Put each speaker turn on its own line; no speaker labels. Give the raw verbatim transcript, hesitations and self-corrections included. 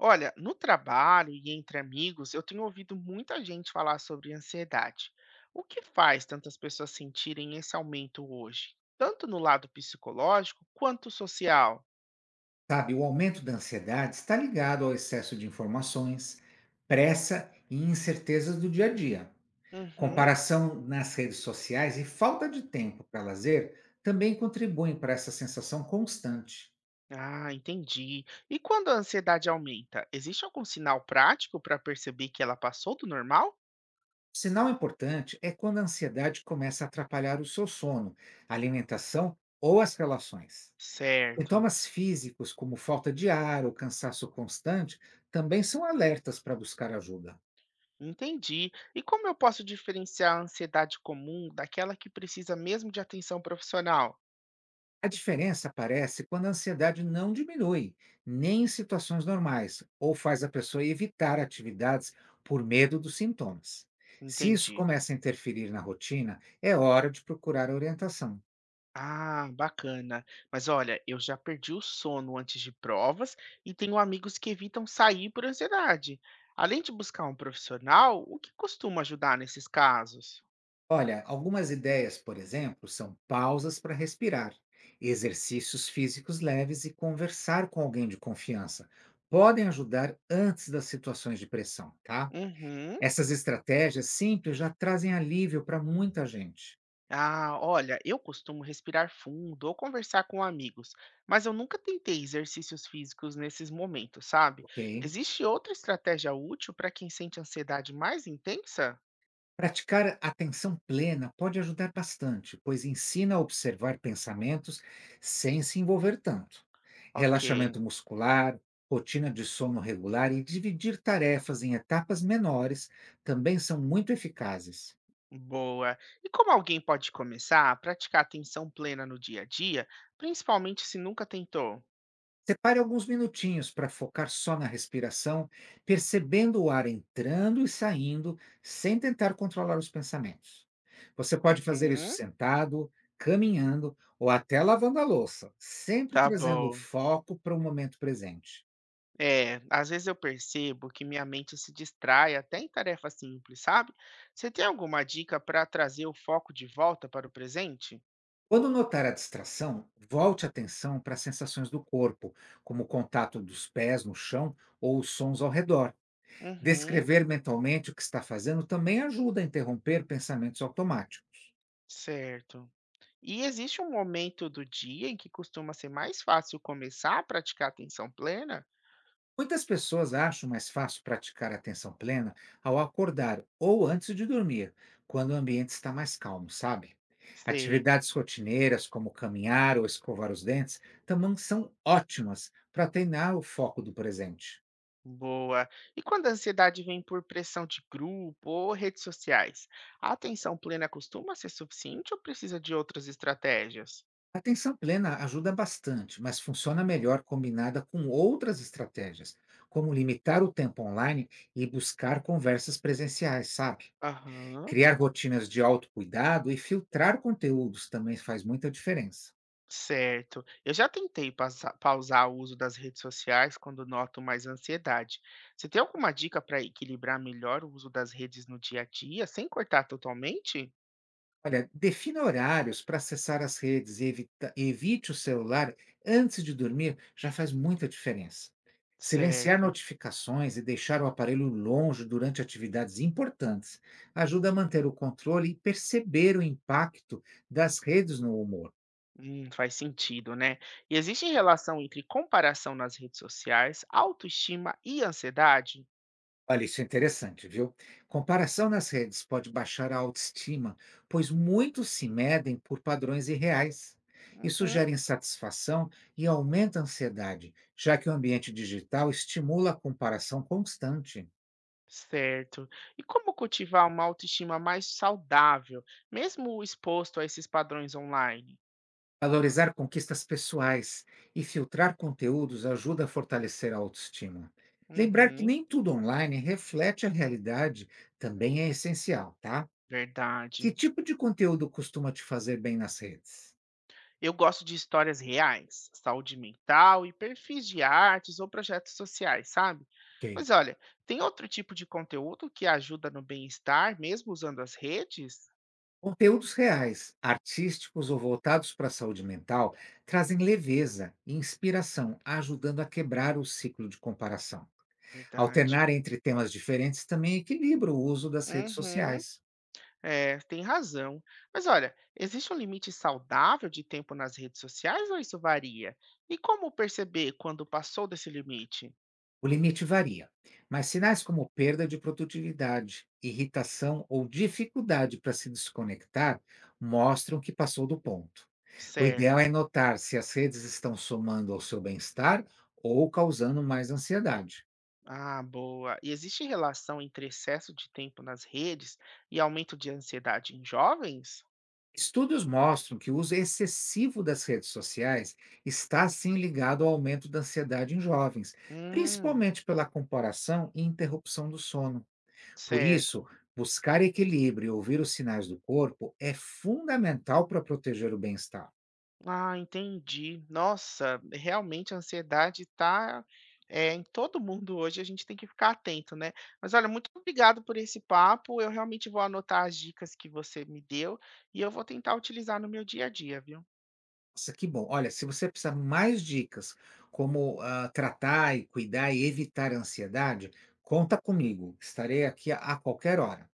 Olha, no trabalho e entre amigos, eu tenho ouvido muita gente falar sobre ansiedade. O que faz tantas pessoas sentirem esse aumento hoje? Tanto no lado psicológico quanto social.
Sabe, o aumento da ansiedade está ligado ao excesso de informações, pressa e incertezas do dia a dia.
Uhum.
Comparação nas redes sociais e falta de tempo para lazer também contribuem para essa sensação constante.
Ah, entendi. E quando a ansiedade aumenta, existe algum sinal prático para perceber que ela passou do normal?
Sinal importante é quando a ansiedade começa a atrapalhar o seu sono, a alimentação ou as relações.
Certo.
Sintomas físicos, como falta de ar ou cansaço constante, também são alertas para buscar ajuda.
Entendi. E como eu posso diferenciar a ansiedade comum daquela que precisa mesmo de atenção profissional?
A diferença aparece quando a ansiedade não diminui, nem em situações normais, ou faz a pessoa evitar atividades por medo dos sintomas. Se isso
Entendi.
começa a interferir na rotina, é hora de procurar orientação.
Ah, bacana. Mas olha, eu já perdi o sono antes de provas e tenho amigos que evitam sair por ansiedade. Além de buscar um profissional, o que costuma ajudar nesses casos?
Olha, algumas ideias, por exemplo, são pausas para respirar, exercícios físicos leves e conversar com alguém de confiança. Podem ajudar antes das situações de pressão, tá?
Uhum.
Essas estratégias simples já trazem alívio para muita gente,
Ah, olha, eu costumo respirar fundo ou conversar com amigos, mas eu nunca tentei exercícios físicos nesses momentos, sabe?
ok?
Existe outra estratégia útil para quem sente ansiedade mais intensa?
Praticar atenção plena pode ajudar bastante, pois ensina a observar pensamentos sem se envolver tanto.
Ok.
Relaxamento muscular, rotina de sono regular e dividir tarefas em etapas menores também são muito eficazes.
Boa. E como alguém pode começar a praticar atenção plena no dia a dia, principalmente se nunca tentou?
Separe alguns minutinhos para focar só na respiração, percebendo o ar entrando e saindo, sem tentar controlar os pensamentos. Você pode fazer isso
Uhum,
sentado, caminhando ou até lavando a louça, sempre
tá
trazendo o
bom.
foco para o momento presente.
É, às vezes eu percebo que minha mente se distrai até em tarefas simples, sabe? Você tem alguma dica para trazer o foco de volta para o presente?
Quando notar a distração, volte a atenção para as sensações do corpo, como o contato dos pés no chão ou os sons ao redor.
Uhum,
Descrever mentalmente o que está fazendo também ajuda a interromper pensamentos automáticos.
certo. E existe um momento do dia em que costuma ser mais fácil começar a praticar atenção plena?
Muitas pessoas acham mais fácil praticar a atenção plena ao acordar ou antes de dormir, quando o ambiente está mais calmo, sabe?
Sei.
Atividades rotineiras, como caminhar ou escovar os dentes, também são ótimas para treinar o foco do presente.
Boa. E quando a ansiedade vem por pressão de grupo ou redes sociais, a atenção plena costuma ser suficiente ou precisa de outras estratégias?
A atenção plena ajuda bastante, mas funciona melhor combinada com outras estratégias, como limitar o tempo online e buscar conversas presenciais, sabe?
Aham,
Criar rotinas de autocuidado e filtrar conteúdos também faz muita diferença.
certo. Eu já tentei passa- pausar o uso das redes sociais quando noto mais ansiedade. Você tem alguma dica para equilibrar melhor o uso das redes no dia a dia, sem cortar totalmente?
Olha, defina horários para acessar as redes e evita- evite o celular antes de dormir já faz muita diferença. Silenciar
Certo.
notificações e deixar o aparelho longe durante atividades importantes ajuda a manter o controle e perceber o impacto das redes no humor.
Hum, faz sentido, né? E existe relação entre comparação nas redes sociais, autoestima e ansiedade?
Olha, isso é interessante, viu? Comparação nas redes pode baixar a autoestima, pois muitos se medem por padrões irreais. Isso
Uhum.
gera insatisfação e aumenta a ansiedade, já que o ambiente digital estimula a comparação constante.
Certo. E como cultivar uma autoestima mais saudável, mesmo exposto a esses padrões online?
Valorizar conquistas pessoais e filtrar conteúdos ajuda a fortalecer a autoestima. Lembrar que
Uhum,
nem tudo online reflete a realidade também é essencial, tá? Que
verdade.
tipo de conteúdo costuma te fazer bem nas redes?
Eu gosto de histórias reais, saúde mental e perfis de artes ou projetos sociais, sabe?
Ok.
Mas olha, tem outro tipo de conteúdo que ajuda no bem-estar, mesmo usando as redes?
Conteúdos reais, artísticos ou voltados para a saúde mental trazem leveza e inspiração, ajudando a quebrar o ciclo de comparação.
Verdade.
Alternar entre temas diferentes também equilibra o uso das redes
Uhum.
sociais.
É, tem razão. Mas olha, existe um limite saudável de tempo nas redes sociais ou isso varia? E como perceber quando passou desse limite?
O limite varia, mas sinais como perda de produtividade, irritação ou dificuldade para se desconectar mostram que passou do ponto. O ideal é
Certo.
notar se as redes estão somando ao seu bem-estar ou causando mais ansiedade.
Ah, boa. E existe relação entre excesso de tempo nas redes e aumento de ansiedade em jovens?
Estudos mostram que o uso excessivo das redes sociais está sim ligado ao aumento da ansiedade em jovens,
Hum,
principalmente pela comparação e interrupção do sono. Por isso,
certo.
buscar equilíbrio e ouvir os sinais do corpo é fundamental para proteger o bem-estar.
Ah, entendi. Nossa, realmente a ansiedade está em todo mundo hoje, a gente tem que ficar atento, né. Mas olha, muito obrigado por esse papo, eu realmente vou anotar as dicas que você me deu, e eu vou tentar utilizar no meu dia a dia, viu.
Nossa, que bom. Olha, se você precisar mais dicas como ah, tratar e cuidar e evitar a ansiedade, conta comigo. Estarei aqui a a qualquer hora.